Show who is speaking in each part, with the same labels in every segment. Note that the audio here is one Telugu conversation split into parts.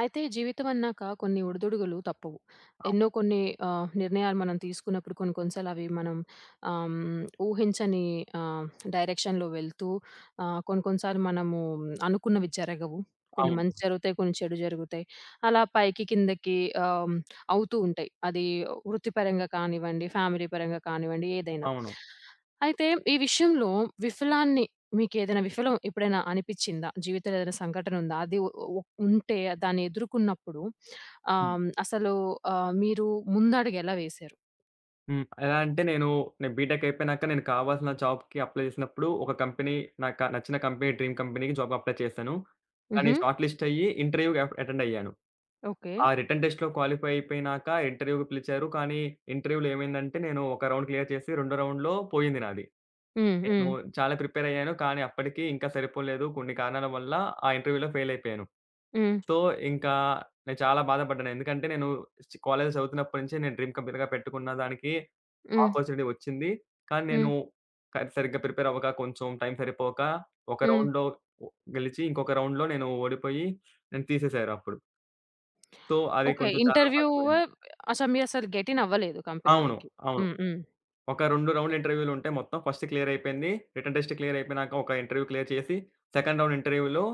Speaker 1: అయితే జీవితం అన్నాక కొన్ని ఒడిదుడుగులు తప్పవు. ఎన్నో కొన్ని నిర్ణయాలు మనం తీసుకున్నప్పుడు కొన్ని కొన్ని సార్లు అవి మనం ఆహ్, హ్మ్, ఊహించని ఆహ్, డైరెక్షన్‌లో వెళ్తూ కొన్ని కొన్ని సార్లు మనము అనుకున్నవి జరగవు. కొన్ని
Speaker 2: అవును.
Speaker 1: మంచి జరుగుతాయి. కొన్ని చెడు జరుగుతాయి. అలా పైకి కిందకి ఆహ్, అవుతూ ఉంటాయి. అది వృత్తిపరంగా కానివ్వండి, ఫ్యామిలీ పరంగా కానివ్వండి ఏదైనా.
Speaker 2: అవును.
Speaker 1: అయితే ఈ విషయంలో విఫలాన్ని మీకేదైనా విఫలం ఎప్పుడైనా అనిపిచ్చిందా? జీవితంలో ఏదైనా సంఘటనుందా? అది ఉ ఉ ఉంటే దాన్ని ఎదుర్కొన్నప్పుడు
Speaker 2: హ్మ్.
Speaker 1: అసలు మీరు ముందడుగెలా వేశారు?
Speaker 2: హ్మ్. ఎలా అంటే నేను బీటెక్ అయిపోయినాక నేను కావాల్సిన జాబ్‌కి అప్లై చేసినప్పుడు ఒక కంపెనీ నాకు నచ్చిన కంపెనీ డ్రీమ్ కంపెనీకి జాబ్‌కి అప్లై చేశాను. కానీ
Speaker 1: హుహు.
Speaker 2: షార్ట్ లిస్ట్ అయ్యి ఇంటర్వ్యూకి అటెండ్ అయ్యాను.
Speaker 1: ఓకే.
Speaker 2: ఆ రిటన్ టెస్ట్‌లో క్వాలిఫై అయిపోయినాక ఇంటర్వ్యూకి పిలిచారు. కానీ ఇంటర్వ్యూలో ఏమైందంటే నేను ఒక రౌండ్ క్లియర్ చేసి రెండో రౌండ్‌లో పోయింది నాది.
Speaker 1: హ్మ్.
Speaker 2: నేను
Speaker 1: హ్మ్.
Speaker 2: చాలా ప్రిపేర్ అయ్యాను. కానీ అప్పటికి ఇంకా సరిపోలేదు. కొన్ని కారణాల వల్ల ఆ ఇంటర్వ్యూలో ఫెయిల్ అయిపోయాను.
Speaker 1: హ్మ్.
Speaker 2: సో, ఇంకా నేను చాలా బాధపడ్డాను. ఎందుకంటే నేను కాలేజ్‌లో చదువుతున్నప్పటి నుంచే నేను డ్రీమ్ కంపెనీగా పెట్టుకున్న దానికి
Speaker 1: హ్మ్.
Speaker 2: ఆపర్చునిటీ వచ్చింది. కానీ నేను
Speaker 1: హ్మ్.
Speaker 2: సరిగ్గా ప్రిపేర్ అవ్వక, కొంచెం టైం సరిపోక, ఒక
Speaker 1: హ్మ్.
Speaker 2: రౌండ్‌లో ఒ గెలిచి, ఇంకొక రౌండ్‌లో నేను ఓడిపోయి నన్ను తీసేసారు అప్పుడు. సో, అది
Speaker 1: ఓకే.
Speaker 2: కొంచెం చాలా బాధపడింది.
Speaker 1: అసలు మీరసలు గెట్ ఇన్ అవ్వలేదు
Speaker 2: అవును.
Speaker 1: కంపెనీలోకి.
Speaker 2: అవును.
Speaker 1: హ్మ్. హ్మ్.
Speaker 2: ఒక 2 రౌండ్‌ల ఇంటర్వ్యూలు ఉంటే మొత్తం ఫస్ట్ క్లియర్ అయిపోయింది. రిటన్ టెస్ట్ క్లియర్ అయిపోయినాక ఒక ఇంటర్వ్యూ క్లియర్ చేసి, సెకండ్ రౌండ్ ఇంటర్వ్యూలో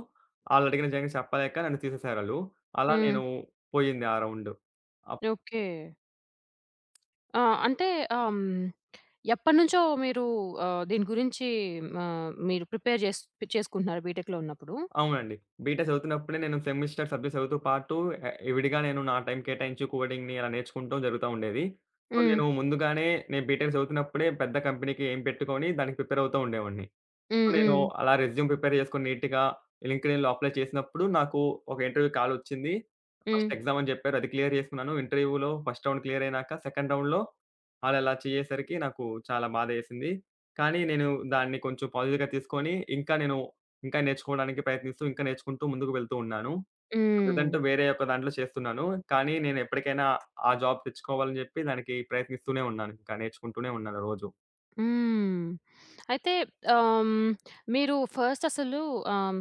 Speaker 2: ఆళ్ళు అడిగిన జంక్ చెప్పలేక నన్ను తీసేసారాళ్ళు. అలా
Speaker 1: హ్మ్.
Speaker 2: నేను పోయింది ఆ రౌండు.
Speaker 1: ఓకే. ఆ! అంటే ఆహ్, హ్మ్, ఎప్పటినుంచో మీరు దీని గురించి మీరు ప్రిపేర్ చేసుకుంటున్నారు బీటెక్‌లో ఉన్నప్పుడు?
Speaker 2: అవునండి. బీటెక్ చదువుతున్నప్పుడే నేను సెమిస్టర్ సబ్జెక్ట్స్ చదువుతూ పాటు విడిగా నేను నా టైం కేటాయించి కోడింగ్‌ని అలా నేర్చుకుంటూ జరుగుతా ఉండేది. సో,
Speaker 1: హ్మ్.
Speaker 2: నేను ముందుగానే నేను బీటెక్ చదువుతున్నప్పుడే పెద్ద కంపెనీకి ఎయిమ్ పెట్టుకొని దానికి ప్రిపేర్ అవుతూ ఉండేవాడిని.
Speaker 1: హ్మ్.
Speaker 2: నేను
Speaker 1: హ్మ్.
Speaker 2: అలా రెజ్యూమ్ ప్రిపేర్ చేసుకొని నీట్‌గా లింక్డ్ఇన్‌లో అప్లై చేసినప్పుడు నాకు ఒక ఇంటర్వ్యూ కాల్ వచ్చింది.
Speaker 1: హ్మ్.
Speaker 2: ఫస్ట్ ఎగ్జామ్ అని చెప్పారు. అది క్లియర్ చేసుకున్నాను. ఇంటర్వ్యూలో ఫస్ట్ రౌండ్ క్లియర్ అయినాక సెకండ్ రౌండ్‌లో ఆళ్ళలా చేయేసరికి నాకు చాలా బాధేసింది. కానీ నేను దాన్ని కొంచెం పాజిటివ్‌గా తీసుకొని ఇంకా నేను ఇంకా నేర్చుకోవడానికి ప్రయత్నిస్తూ, ఇంకా నేర్చుకుంటూ ముందుకు వెళ్తూ ఉన్నాను.
Speaker 1: హ్మ్.
Speaker 2: ప్రెజెంట్ వేరే ఒక దాంట్లో చేస్తున్నాను. కానీ నేను ఎప్పటికైనా ఆ జాబ్ తెచ్చుకోవాలని చెప్పి దానికి ప్రయత్నిస్తూనే ఉన్నాను. ఇంకా నేర్చుకుంటూనే ఉన్నాను రోజు.
Speaker 1: హ్మ్. అయితే ఆహ్, హ్మ్, మీరు ఫస్ట్ అసలు ఆహ్, హ్మ్,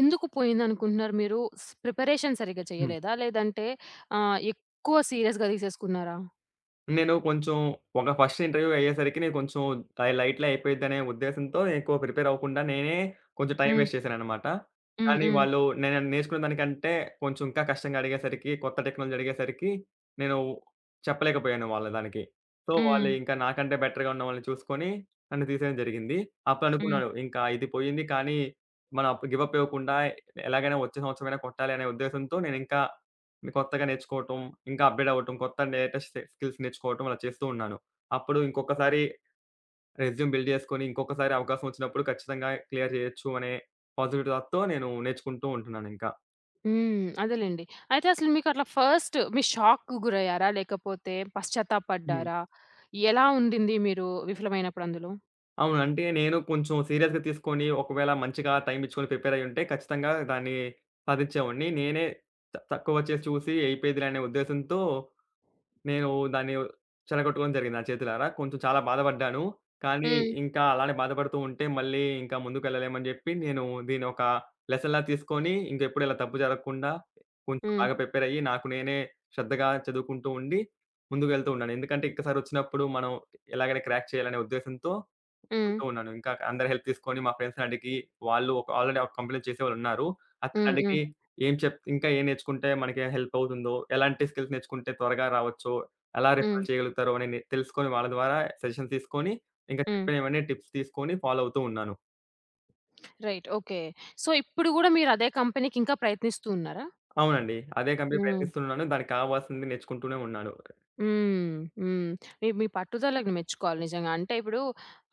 Speaker 1: ఎందుకు పోయిందనుకుంటున్నారు మీరు? ప్రిపరేషన్ సరిగ్గా చేయలేదా? లేదంటే ఎక్కువ సీరియస్‌గా తీసేసుకున్నారా?
Speaker 2: నేను కొంచెం ఒక ఫస్ట్ ఇంటర్వ్యూ అయ్యేసరికి నేను కొంచెం అది లైట్‌లో అయిపోయిద్దనే ఉద్దేశంతో ఎక్కువ ప్రిపేర్ అవ్వకుండా నేనే కొంచెం టైం
Speaker 1: హ్మ్.
Speaker 2: వేస్ట్ చేశాననమాట.
Speaker 1: హ్మ్.
Speaker 2: కానీ
Speaker 1: హ్మ్.
Speaker 2: వాళ్ళు నేను నేర్చుకున్న దానికంటే కొంచెం ఇంకా కష్టంగా అడిగేసరికి, కొత్త టెక్నాలజీ అడిగేసరికి నేను చెప్పలేకపోయాను వాళ్ళ దానికి. సో,
Speaker 1: హ్మ్.
Speaker 2: వాళ్ళు ఇంకా నాకంటే బెటర్‌గా ఉన్న వాళ్ళని చూసుకొని నన్ను తీసేయడం జరిగింది. అప్పుడు
Speaker 1: హ్మ్.
Speaker 2: అనుకున్నాను ఇంకా ఇది పోయింది కానీ మనం అప్పుడు గివ్ అప్ ఇవ్వకుండా ఎలాగైనా వచ్చే సంవత్సరమైనా కొట్టాలి అనే ఉద్దేశంతో నేనింకా కొత్తగా నేర్చుకోవటం, ఇంకా అప్‌గ్రేడ్ అవ్వటం, కొత్త లేటెస్ట్ స్కిల్స్ నేర్చుకోవటం అలా చేస్తూ ఉన్నాను. అప్పుడు ఇంకొకసారి రెజ్యూమ్ బిల్డ్ చేసుకొని, ఇంకొకసారి అవకాశం వచ్చినప్పుడు ఖచ్చితంగా క్లియర్ చేయొచ్చు అనే పాజిటివ్ థాట్‌తో నేను నేర్చుకుంటూ ఉంటున్నాను ఇంకా.
Speaker 1: హ్మ్. అదేలెండి. అయితే అసలు మీకట్లా ఫస్ట్ మీరు షాక్‌కు గురయ్యారా? లేకపోతే
Speaker 2: హ్మ్.
Speaker 1: పశ్చాత్తాపడ్డారా? ఎలా ఉండింది మీరు విఫలమైనప్పుడు అందులో?
Speaker 2: అవును. అంటే నేను కొంచెం సీరియస్‌గా తీసుకొని ఒకవేళ మంచిగా టైమ్ ఇచ్చుకొని ప్రిపేర్ అయ్యి ఉంటే ఖచ్చితంగా దాన్ని సాధించేవాడిని. నేనే తక్కువ చేసి చూసి అయిపోయిద్దిలే అనే ఉద్దేశంతో నేను దాన్ని చెడగొట్టుకోవడం జరిగింది నా చేతులారా. కొంచెం చాలా బాధపడ్డాను. కానీ
Speaker 1: హ్మ్.
Speaker 2: ఇంకా అలానే బాధపడుతూ ఉంటే మళ్ళీ ఇంకా ముందుకెళ్ళలేమని జెప్పి నేను దీన్నొక లెసన్‌లా తీసుకొని ఇంకెప్పుడు ఇలా తప్పు జరగకుండా కొంచెం
Speaker 1: హ్మ్.
Speaker 2: బాగా ప్రిపేర్ అయ్యి నాకు నేనే శ్రద్ధగా చదువుకుంటూ ఉండి ముందుకెళ్తూ ఉన్నాను. ఎందుకంటే ఒక్కసారి వచ్చినప్పుడు మనం ఎలాగైనా క్రాక్ చేయాలనే ఉద్దేశంతో
Speaker 1: హ్మ్.
Speaker 2: చేసుకుంటూ ఉన్నాను. ఇంకా అందరి హెల్ప్ తీసుకొని మా ఫ్రెండ్స్‌ని అడిగి, వాళ్ళు ఒక ఆల్రెడీ ఒక కంపెనీలో చేసేవాళ్ళున్నారు. అతన్ని
Speaker 1: హ్మ్. హ్మ్.
Speaker 2: అడిగి ఏం చెప్ ఇంకా ఏం నేర్చుకుంటే మనకి హెల్ప్ అవుతుందో, ఎలాంటి స్కిల్స్ నేర్చుకుంటే త్వరగా రావచ్చో, ఎలా
Speaker 1: హ్మ్.
Speaker 2: రిఫర్ చేయగలుగుతారో అని తెలుసుకొని వాళ్ళ ద్వారా సజెషన్స్ తీసుకొని, ఇంకా
Speaker 1: హ్మ్.
Speaker 2: చెప్పినవన్నీ టిప్స్ తీసుకొని ఫాలో అవుతూ ఉన్నాను.
Speaker 1: రైట్. ఓకే. సో, ఇప్పుడు గూడా మీరు అదే కంపెనీకి ఇంకా ప్రయత్నిస్తూ ఉన్నారా?
Speaker 2: అవునండి. అదే కంపెనీ
Speaker 1: హ్మ్.
Speaker 2: ప్రయత్నిస్తున్నాను. దానికి కావాల్సింది నేర్చుకుంటూనే ఉన్నాను.
Speaker 1: హ్మ్. హ్మ్. మీ మీ పట్టుదలకు మెచ్చుకోవాలి నిజంగా. అంటే ఇప్పుడు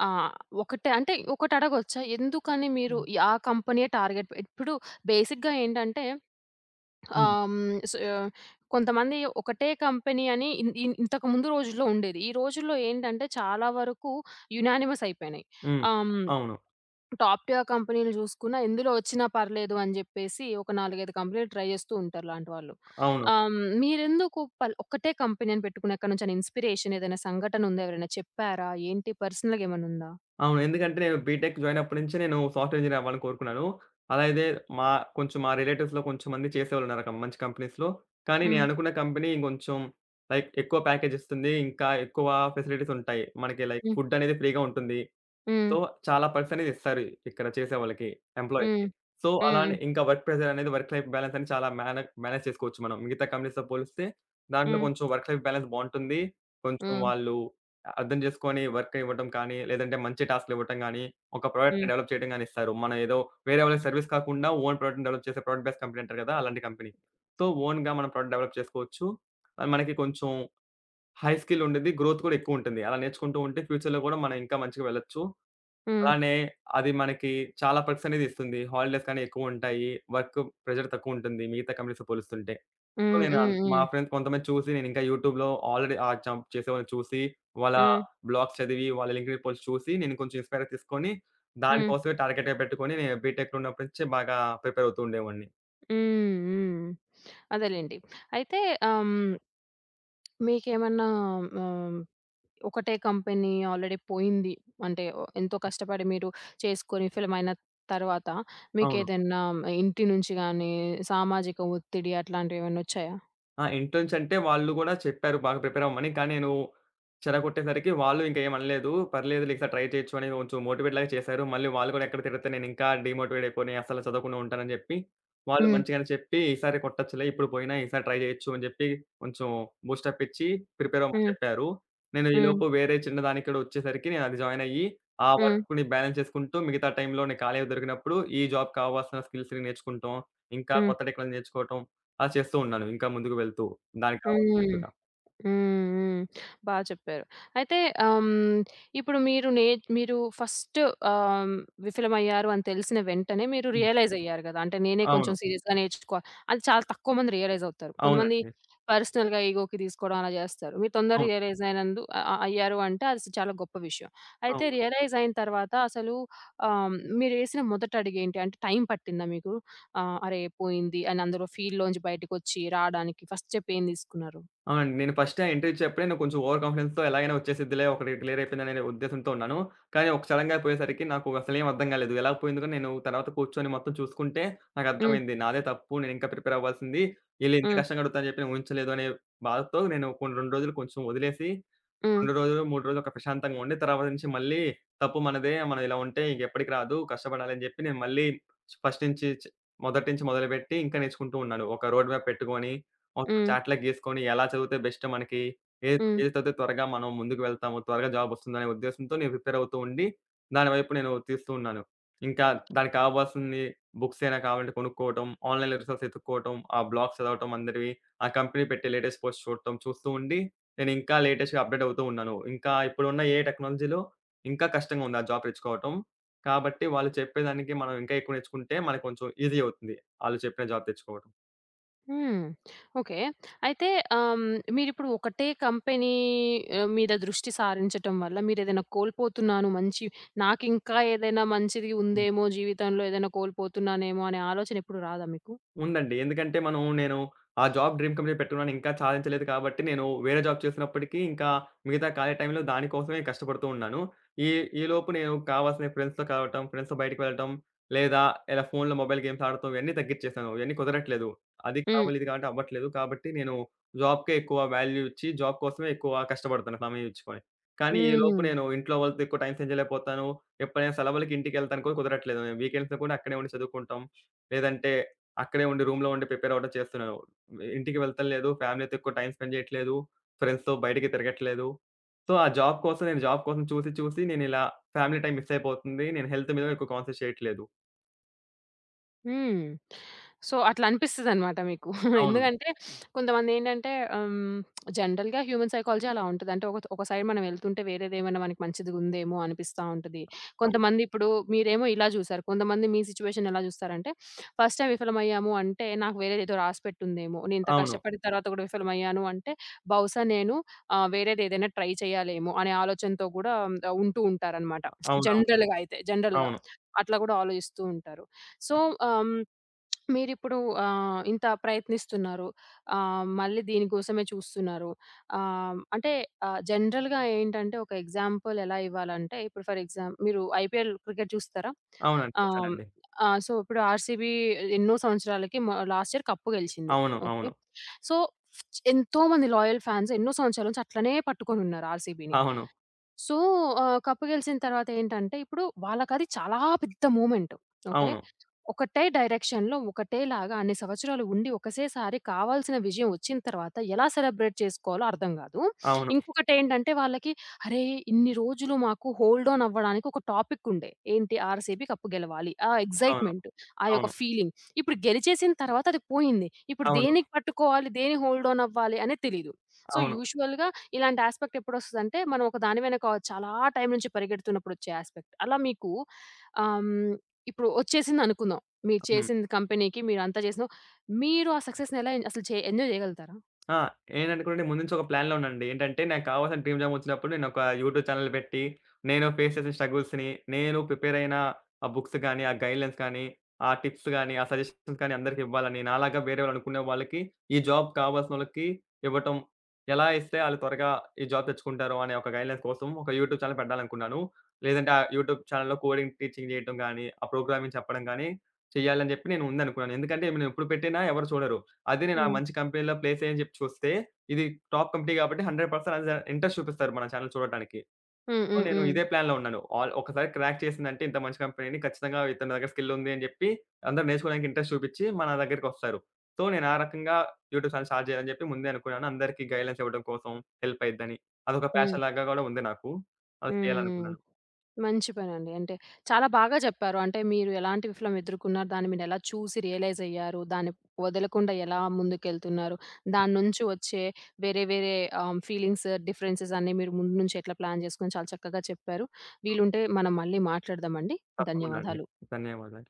Speaker 1: ఆహ్, ఒకటే అంటే ఒకటడగొచ్చా? ఎందుకని మీరు ఈ ఆ కంపెనీయే టార్గెట్ ఇప్పుడు బేసిక్‌గా ఏంటంటే
Speaker 2: హ్మ్.
Speaker 1: ఆహ్, హ్మ్. స్ ఆహ్, కొంతమంది ఒకటే కంపెనీ అని ఇన్ ఇన్ ఇంతకు ముందు రోజుల్లో ఉండేది. ఈ రోజుల్లో ఏంటంటే చాలా వరకు యునానిమస్ అయిపోయినాయి.
Speaker 2: హ్మ్.
Speaker 1: ఆహ్, హ్మ్.
Speaker 2: అవును.
Speaker 1: టాప్ టియర్ కంపెనీలు చూసుకున్నా ఎందులో వచ్చినా పర్లేదు అని జెప్పేసి ఒక 4, 5 కంపెనీలు ట్రై జేస్తూ ఉంటారు లాంటి వాళ్ళు.
Speaker 2: అవును.
Speaker 1: ఆహ్, హ్మ్, మీరెందుకు ఒక్కటే కంపెనీ అని పెట్టుకుని ఎక్కడి నుంచైనా ఇన్‌స్పిరేషన్ ఏదైనా సంఘటన ఉందా? ఎవరైనా చెప్పారా? ఏంటి పర్సనల్‌గా ఏమైనా ఉందా?
Speaker 2: అవును. ఎందుకంటే నేను బీటెక్ జాయిన్ అప్పటి నుంచే నేను సాఫ్ట్‌వేర్ ఇంజినీర్ అవ్వాలని కోరుకున్నాను. అలాగే మా కొంచెం మా రిలేటివ్స్‌లో కొంచెం మంది చేసేవాళ్ళున్నారు మంచి కంపెనీస్‌లో. కానీ నేను
Speaker 1: హ్మ్.
Speaker 2: అనుకున్న కంపెనీ ఇంకొంచెం లైక్ ఎక్కువ ప్యాకేజ్ ఇస్తుంది. ఇంకా ఎక్కువ ఫెసిలిటీస్ ఉంటాయి. మనకి లైక్
Speaker 1: హ్మ్.
Speaker 2: ఫుడ్ అనేది ఫ్రీగా ఉంటుంది.
Speaker 1: హ్మ్.
Speaker 2: సో, చాలా perks అనేది ఇస్తారు ఇక్కడ చేసేవాళ్ళకి, ఎంప్లాయీస్‌కి.
Speaker 1: హ్మ్.
Speaker 2: So,
Speaker 1: hmm.
Speaker 2: అలానే ఇంకా వర్క్ ప్రెషర్ అనేది వర్క్ లైఫ్ బ్యాలన్స్ అని చాలా మేనేజ్ చేసుకోవచ్చు మనం. మిగతా కంపెనీస్‌తో పోలిస్తే దాంట్లో
Speaker 1: హ్మ్.
Speaker 2: కొంచెం వర్క్ లైఫ్ బ్యాలన్స్ బావుంటుంది. కొంచెం
Speaker 1: హ్మ్.
Speaker 2: వాళ్ళు అర్థం చేసుకొని వర్క్ ఇవ్వటం కానీ, లేదంటే మంచి టాస్క్‌లు ఇవ్వటం గానీ, ఒక ప్రోడక్ట్‌ని
Speaker 1: హ్మ్.
Speaker 2: డెవలప్ చేయడం గానీ ఇస్తారు. మనం ఏదో వేరే వాళ్ళకి సర్విస్ కాకుండా ఓన్ ప్రోడక్ట్‌ని డెవలప్ చేసే ప్రోడక్ట్ బేస్డ్ కంపెనీ అంటారు కదా! అలాంటి కంపెనీ. సో, ఓన్‌గా మనం ప్రోడక్ట్ డెవలప్ చేసుకోవచ్చు. మనకి కొంచెం హై స్కిల్ ఉండిద్ది. గ్రోత్ కూడా ఎక్కువుంటుంది. అలా నేర్చుకుంటూ ఉంటే ఫ్యూచర్‌లో కూడా మనం ఇంకా మంచిగా వెళ్ళొచ్చు.
Speaker 1: హ్మ్.
Speaker 2: అలానే అది మనకి చాలా perks అనేది ఇస్తుంది. హాలిడేస్ కానీ ఎక్కువుంటాయి. వర్క్ ప్రెషర్ తక్కువుంటుంది మిగతా కంపెనీస్‌తో పోలుస్తుంటే. సో,
Speaker 1: హ్మ్.
Speaker 2: నేను
Speaker 1: హ్మ్.
Speaker 2: మా
Speaker 1: హ్మ్.
Speaker 2: ఫ్రెండ్స్ కొంతమంది చూసి నేనింకా యూట్యూబ్‌లో ఆల్రెడీ ఆ జాబ్ చేసేవాళ్ళని చూసి, వాళ్ళ
Speaker 1: హ్మ్.
Speaker 2: బ్లాగ్స్ చదివి, వాళ్ళ లింక్డ్ఇన్ పోస్ట్ చూసి నేను కొంచెం ఇన్‌స్పైర్ తీసుకొని,
Speaker 1: హ్మ్.
Speaker 2: దానికోసమే టార్గెట్‌గా పెట్టుకొని నేను బీటెక్‌లో ఉన్నప్పటి నుంచే బాగా ప్రిపేర్ అవుతూ ఉండేవాడిని.
Speaker 1: హ్మ్. హ్మ్. అదేలెండి. అయితే ఆహ్, హ్మ్ మీకేమన్నా ఆహ్, ఒకటే కంపెనీ ఆల్రెడీ పోయింది. అంటే ఓహ్, ఎంతో కష్టపడి మీరు చేసుకొని విఫలమైన తర్వాత
Speaker 2: అవును.
Speaker 1: మీకేదన్నా ఇంటి నుంచి గాని, సామాజిక ఒత్తిడి అట్లాంటివేమన్నొచ్చాయా?
Speaker 2: ఆ! ఎంట్రన్స్ అంటే వాళ్ళు గూడా చెప్పారు బాగా ప్రిపేర్ అవ్వమని. కానీ నేను చెడగొట్టేసరికి వాళ్ళు ఇంక ఏమనలేదు. "పర్లేదులే ఈసారి ట్రై చేయొచ్చు" అని కొంచెం మోటివేట్ లాగా చేశారు. మళ్ళీ వాళ్ళు కూడా ఎక్కడ తిడితే నేనింకా డీమోటివేట్ అయిపోయి అస్సలు చదవకుండా ఉంటానని జెప్పి, వాళ్ళు
Speaker 1: హ్మ్.
Speaker 2: మంచిగానే చెప్పి "ఈసారి కొట్టొచ్చులే, ఇప్పుడు పోయినా ఈసారి ట్రై చేయొచ్చు" అని జెప్పి కొంచెం బూస్ట్ అప్ ఇచ్చి ప్రిపేర్ అవ్వమని
Speaker 1: హ్మ్.
Speaker 2: చెప్పారు. నేను
Speaker 1: హ్మ్.
Speaker 2: ఈలోపు వేరే చిన్న దానికి కూడా వచ్చేసరికి నేను అది జాయిన్ అయ్యి, ఆ
Speaker 1: హ్మ్.
Speaker 2: వర్క్‌ని బ్యాలెన్స్ చేసుకుంటూ మిగతా టైంలో నేను ఖాళీగా దొరికినప్పుడు ఈ జాబ్‌కి కావాల్సిన స్కిల్స్‌ని నేర్చుకుంటాం. ఇంకా
Speaker 1: హ్మ్.
Speaker 2: కొత్త టెక్నాలజీ నేర్చుకోవటం ఆ! చేస్తూ ఉన్నాను. ఇంకా ముందుకు వెళ్తూ దానికి
Speaker 1: హ్మ్.
Speaker 2: కావాల్సినట్టుగా.
Speaker 1: హ్మ్. హ్మ్. బా చెప్పారు. అయితే ఆహ్, హ్మ్, ఇప్పుడు మీరు మీరు ఫస్ట్ ఆహ్, హ్మ్, విఫలమయ్యారు అని తెలిసిన వెంటనే మీరు
Speaker 2: హ్మ్.
Speaker 1: రియలైజ్ అయ్యారు గదా! అంటే నేనే కొంచెం
Speaker 2: అవును.
Speaker 1: సీరియస్‌గా నేర్చుకోవాలి. అది చాలా తక్కువ మంది రియలైజ్ అవుతారు. కొంతమంది
Speaker 2: అవునండి.
Speaker 1: పర్సనల్‌గా ఈగోకి తీసుకోవడం అలా జేస్తారు. మీరు తొందర
Speaker 2: అవును.
Speaker 1: రియలైజ్ అయినందు అ అ అయ్యారు అంటే అది చాలా గొప్ప విషయం. అయితే
Speaker 2: అవును.
Speaker 1: రియలైజ్ అయిన తర్వాత అసలు మీరేసిన మొదటి అడుగేంటి? అంటే టైం పట్టిందా మీకు? అరే పోయింది అని అందులో ఫీల్‌లోంచి బయటకొచ్చి రాడానికి ఫస్ట్ స్టెప్ ఏం తీసుకున్నారు?
Speaker 2: అవునండి. నేను ఫస్ట్ ఆ ఇంటర్వ్యూ ఇచ్చేప్పుడే నేను కొంచెం ఓవర్ కాన్ఫిడెన్స్‌తో ఎలాగైనా వచ్చేసిద్దిలే ఒకటి క్లియర్ అయిపోయిందనే ఉద్దేశంతో ఉన్నాను. కానీ ఒక సడెన్‌గా పోయేసరికి నాకు అసలేం అర్థం కాలేదు. ఎలా పోయిందో కూడా నేను తర్వాత కూర్చొని మొత్తం చూసుకుంటే నాకు
Speaker 1: హ్మ్.
Speaker 2: అర్థమైంది. నాదే తప్పు. నేను ఇంకా ప్రిపేర్ అవ్వాల్సింది. ఈళ్ళు ఇంత
Speaker 1: హ్మ్.
Speaker 2: కష్టంగా అడుగుతారని చెప్పి నేను ఊహించలేదు అనే బాధతో నేను కొన్ని 2 రోజులు కొంచెం వదిలేసి
Speaker 1: హ్మ్.
Speaker 2: 2 రోజులు, 3 రోజులు ఒక ప్రశాంతంగా ఉండి, తర్వాత నుంచి మళ్ళీ తప్పు మనదే. మనం ఇలా ఉంటే ఇంకెప్పటికి రాదు. కష్టపడాలి అని జెప్పి నేను మళ్ళీ ఫస్ట్ నుంచి మొదటి నుంచి మొదలుపెట్టి ఇంకా నేర్చుకుంటూ ఉన్నాను. ఒక రోడ్ మ్యాప్ పెట్టుకొని, ఒక
Speaker 1: హ్మ్.
Speaker 2: చార్ట్‌లా గీసుకొని ఎలా చదివితే బెస్ట్ మనకి, ఏది
Speaker 1: హ్మ్.
Speaker 2: ఏది చదివితే త్వరగా మనం ముందుకు వెళ్తాము, త్వరగా జాబ్ వస్తుందనే ఉద్దేశంతో నేను ప్రిపేర్ అవుతూ ఉండి, దాని వైపు నేను తీస్తూ ఉన్నాను. ఇంకా దానికి కావాల్సింది బుక్స్ అయినా కావాలంటే కొనుక్కోవటం, ఆన్‌లైన్‌లో రిసోర్స్ ఎతుక్కోవటం, ఆ బ్లాగ్స్ చదవటం అందరివి, ఆ కంపెనీ పెట్టే లేటెస్ట్ పోస్ట్ చూడటం చూస్తూ ఉండి నేనింకా లేటెస్ట్‌గా అప్‌డేట్ అవుతూ ఉన్నాను. ఇంకా ఇప్పుడున్న ఏ టెక్నాలజీలో ఇంకా కష్టంగా ఉంది ఆ జాబ్ తెచ్చుకోవటం. కాబట్టి వాళ్ళు చెప్పేదానికి మనం ఇంకా ఎక్కువ నేర్చుకుంటే మనకు కొంచెం ఈజీ అవుతుంది. ఆళ్ళు చెప్పిన జాబ్ తెచ్చుకోవడం.
Speaker 1: హ్మ్. ఓకే. అయితే ఆహ్, హ్మ్, మీరిప్పుడు ఒకటే కంపెనీ మీద దృష్టి సారించటం వల్ల మీరేదైనా కోల్పోతున్నాను మంచి నాకింకా ఏదైనా మంచిది ఉందేమో జీవితంలో ఏదైనా కోల్పోతున్నానేమో అనే ఆలోచన ఎప్పుడు రాదా మీకు?
Speaker 2: ఉందండి. ఎందుకంటే మనం నేను ఆ జాబ్ డ్రీమ్ కంపెనీ పెట్టుకున్నాను. ఇంకా సాధించలేదు కాబట్టి నేను వేరే జాబ్ చేస్తున్నప్పటికీ ఇంకా మిగతా ఖాళీ టైంలో దాని కోసమే కష్టపడుతూ ఉన్నాను. ఈ ఈలోపు నేను కావాల్సిన ఫ్రెండ్స్‌తో కలవటం, ఫ్రెండ్స్‌తో బయటికి వెళ్ళటం లేదా ఇలా ఫోన్‌లో మొబైల్ గేమ్స్ ఆడటం ఇవన్నీ తగ్గిచ్చేసాను. ఇవన్నీ కుదరట్లేదు. అది
Speaker 1: హ్మ్.
Speaker 2: కావాలి, ఇది కావాలి అవ్వట్లేదు. కాబట్టి నేను జాబ్‌కే ఎక్కువ వాల్యూ ఇచ్చి జాబ్ కోసమే ఎక్కువ కష్టపడుతున్నా సమయం ఇచ్చుకొని. కానీ ఈలోపు
Speaker 1: హ్మ్.
Speaker 2: నేను ఇంట్లో వాళ్ళతో ఎక్కువ టైమ్ స్పెండ్ చేయలేకపోతాను. ఎప్పుడైనా సెలవులకి ఇంటికెళ్తాను కూడా కుదరట్లేదు. నేను వీకెండ్స్‌లో కూడా అక్కడే ఉండి చదువుకుంటాం. లేదంటే అక్కడే ఉండి రూమ్‌లో ఉండి ప్రిపేర్ అవ్వడం చేస్తున్నాను. ఇంటికి వెళ్తలేదు. ఫ్యామిలీతో ఎక్కువ టైమ్ స్పెండ్ చేయట్లేదు. ఫ్రెండ్స్‌తో బయటికి తిరగట్లేదు. సో, ఆ జాబ్ కోసం నేను జాబ్ కోసం చూసి, చూసి నేను ఇలా ఫ్యామిలీ టైమ్ మిస్ అయిపోతుంది. నేను హెల్త్ మీద ఎక్కువ కాన్సంట్రేట్ చేయట్లేదు.
Speaker 1: హ్మ్. సో, అట్లా అనిపిస్తదనమాట మీకు.
Speaker 2: అవును.
Speaker 1: ఎందుకంటే కొంతమందేంటంటే ఆహ్, జనరల్‌గా హ్యూమన్ సైకాలజీ అలా ఉంటది. అంటే ఒక ఒక సైడ్ మనం వెళ్తుంటే వేరేదేమైనా మనకి మంచిదిగుందేమో అనిపిస్తా ఉంటది.
Speaker 2: అవును.
Speaker 1: కొంతమంది ఇప్పుడు మీరేమో ఇలా జూసారు. కొంతమంది మీ సిట్యుయేషన్ ఎలా జూస్తారంటే ఫస్ట్ టైమ్ విఫలమయ్యాము అంటే నాకు వేరేదేదో రాసిపెట్టుందేమో. నేను ఇంత
Speaker 2: అవును.
Speaker 1: కష్టపడిన తర్వాత కూడా విఫలమయ్యాను అంటే బహుశా నేను వేరేదేదైనా ట్రై చేయాలేమో అనే ఆలోచనతో గూడా ఉంటూ ఉంటారనమాట.
Speaker 2: అవునవును.
Speaker 1: జనరల్‌గా అయితే జనరల్‌గా.
Speaker 2: అవును.
Speaker 1: అట్లా గూడా ఆలోచిస్తూ ఉంటారు. సో, ఆహ్, మీరిప్పుడు ఇంత ప్రయత్నిస్తున్నారు. మళ్ళీ దీనికోసమే చూస్తున్నారు. అంటే జనరల్‌గా ఏంటంటే ఒక ఎగ్జాంపుల్ ఎలా ఇవ్వాలంటే ఇప్పుడు ఫర్ ఎగ్జామ్ మీరు ఐపీఎల్ క్రికెట్ చూస్తారా?
Speaker 2: అవునండి.
Speaker 1: ఆహ్,
Speaker 2: చూసానండి.
Speaker 1: ఆ! సో, ఇప్పుడు ఆర్‌సీబీ ఎన్నో సంవత్సరాలకి లాస్ట్ ఇయర్ కప్పు గెలిచింది.
Speaker 2: అవును.
Speaker 1: ఓకే.
Speaker 2: అవును.
Speaker 1: సో, ఎంతోమంది లాయల్ ఫాన్స్ ఎన్నో సంవత్సరాల నుంచి అట్లనే పట్టుకొనున్నారు ఆర్‌సీబీని.
Speaker 2: అవును.
Speaker 1: సో, కప్పు గెలిసిన తర్వాత ఏంటంటే, ఇప్పుడు వాళ్ళకది చాలా పెద్ద మూమెంట్. ఓకే.
Speaker 2: అవును.
Speaker 1: ఒకటే డైరెక్షన్‌లో ఒకటేలాగా అన్ని సంవత్సరాలు ఉండి, ఒకసేసారి కావాల్సిన విజయం వచ్చిన తర్వాత ఎలా సెలబ్రేట్ చేసుకోవాలో అర్థం గాదు.
Speaker 2: అవును.
Speaker 1: ఇంకొకటేంటంటే వాళ్ళకి, అరే! ఇన్ని రోజులు మాకు హోల్డ్ ఆన్ అవ్వడానికి ఒక టాపిక్ ఉండే. ఏంటి? ఆర్‌సీబీ కప్పు గెలవాలి. ఆ
Speaker 2: అవును. అవును.
Speaker 1: ఎక్సైట్‌మెంట్, ఆ యొక్క
Speaker 2: అవును.
Speaker 1: ఫీలింగ్. ఇప్పుడు గెలిచేసిన తర్వాత అది పోయింది. ఇప్పుడు
Speaker 2: అవును.
Speaker 1: దేనికి పట్టుకోవాలి? దేని హోల్డ్ ఆన్ అవ్వాలి అనేది తెలీదు. సో,
Speaker 2: అవును.
Speaker 1: యూజువల్‌గా ఇలాంటి యాస్పెక్ట్ ఎప్పుడొస్తదంటే, మనం ఒక దాని వెనక చాలా టైం నుంచి పరిగెడుతున్నప్పుడొచ్చే యాస్పెక్ట్. అలా మీకు ఆహ్, హ్మ్, ఇప్పుడు ఒచ్చేసిందనుకుందాం. మీరు
Speaker 2: హ్మ్.
Speaker 1: చేసింది కంపెనీకి మీరంతా చేసిన మీరు ఆ సక్సెస్‌ని ఎలా ఎన్ అసలు చే ఎంజాయ్ జేయగలుగుతారా?
Speaker 2: ఆ! నేననుకున్నది ముందు నుంచి ఒక ప్లాన్‌లో ఉన్నానండి. ఏంటంటే నాకు కావాల్సిన డ్రీమ్ జాబ్ వచ్చినప్పుడు నేనొక యూట్యూబ్ ఛానెల్ పెట్టి, నేను ఫేస్ చేసిన స్ట్రగుల్స్‌ని, నేను ప్రిపేర్ అయిన ఆ బుక్స్ గాని, ఆ గైడ్‌లైన్స్ కానీ, ఆ టిప్స్ గాని, ఆ సజెషన్స్ కానీ అందరికి ఇవ్వాలని, నాలాగా వేరే వాళ్ళు అనుకునే వాళ్ళకి, ఈ జాబ్ కావాల్సినోళ్ళకి ఇవ్వటం. ఎలా ఇస్తే ఆళ్ళు త్వరగా ఈ జాబ్ తెచ్చుకుంటారో అనే ఒక గైడ్‌లైన్స్ కోసం ఒక యూట్యూబ్ ఛానెల్ పెట్టాలనుకున్నాను. లేదంటే ఆ యూట్యూబ్ ఛానెల్‌లో కోడింగ్ టీచింగ్ చేయటం గాని, ఆ ప్రోగ్రామింగ్ చెప్పడం గాని, చేయాలని చెప్పి నేను ముందనుకున్నాను. ఎందుకంటే నేను ఎప్పుడు పెట్టినా ఎవరు చూడరు. అది నేను ఆ
Speaker 1: హ్మ్.
Speaker 2: మంచి కంపెనీలో ప్లేస్ అయ్యని చెప్పి చూస్తే, ఇది టాప్ కంపెనీ కాబట్టి 100% అది ఇంట్రెస్ట్ చూపిస్తారు మన ఛానెల్ చూడటానికి.
Speaker 1: హ్మ్.
Speaker 2: సో,
Speaker 1: హ్మ్.
Speaker 2: నేను
Speaker 1: హ్మ్.
Speaker 2: ఇదే ప్లాన్‌లో ఉన్నాను. ఆల్ ఒకసారి క్రాక్ చేసిందంటే ఇంత మంచి కంపెనీని ఖచ్చితంగా ఇతని దగ్గర స్కిల్ ఉంది అని చెప్పి అందరూ నేర్చుకోవడానికి ఇంట్రెస్ట్ చూపిచ్చి మన దగ్గరికొస్తారు. సో, నేను ఆ రకంగా యూట్యూబ్ ఛానెల్ స్టార్ట్ చేయాలని చెప్పి ముందే అనుకున్నాను. అందరికీ గైడ్‌లైన్స్ ఇవ్వడం కోసం హెల్ప్ అయిద్దని. అదొక
Speaker 1: హ్మ్.
Speaker 2: ప్యాషన్ లాగా గూడా ఉంది నాకు. అది
Speaker 1: హ్మ్.
Speaker 2: చేయాలనుకున్నాను.
Speaker 1: మంచి పనండి. అంటే చాలా బాగా చెప్పారు. అంటే మీరు ఎలాంటి విఫలం ఎదుర్కొన్నారు? దాన్ని మీరెలా చూసి రియలైజ్ అయ్యారు? దాన్ని వదలకుండా ఎలా ముందుకెళ్తున్నారు? దాని నుంచి వచ్చే వేరే వేరే ఫీలింగ్స్, డిఫరెన్సెస్ అన్నీ మీరు ముందు నుంచి ఎట్లా ప్లాన్ జేసుకొని చాలా చక్కగా చెప్పారు. వీలుంటే మనం మళ్ళీ మాట్లాడదామండి.
Speaker 2: తప్పకుండా అండి.
Speaker 1: ధన్యవాదాలు.
Speaker 2: ధన్యవాదాలు.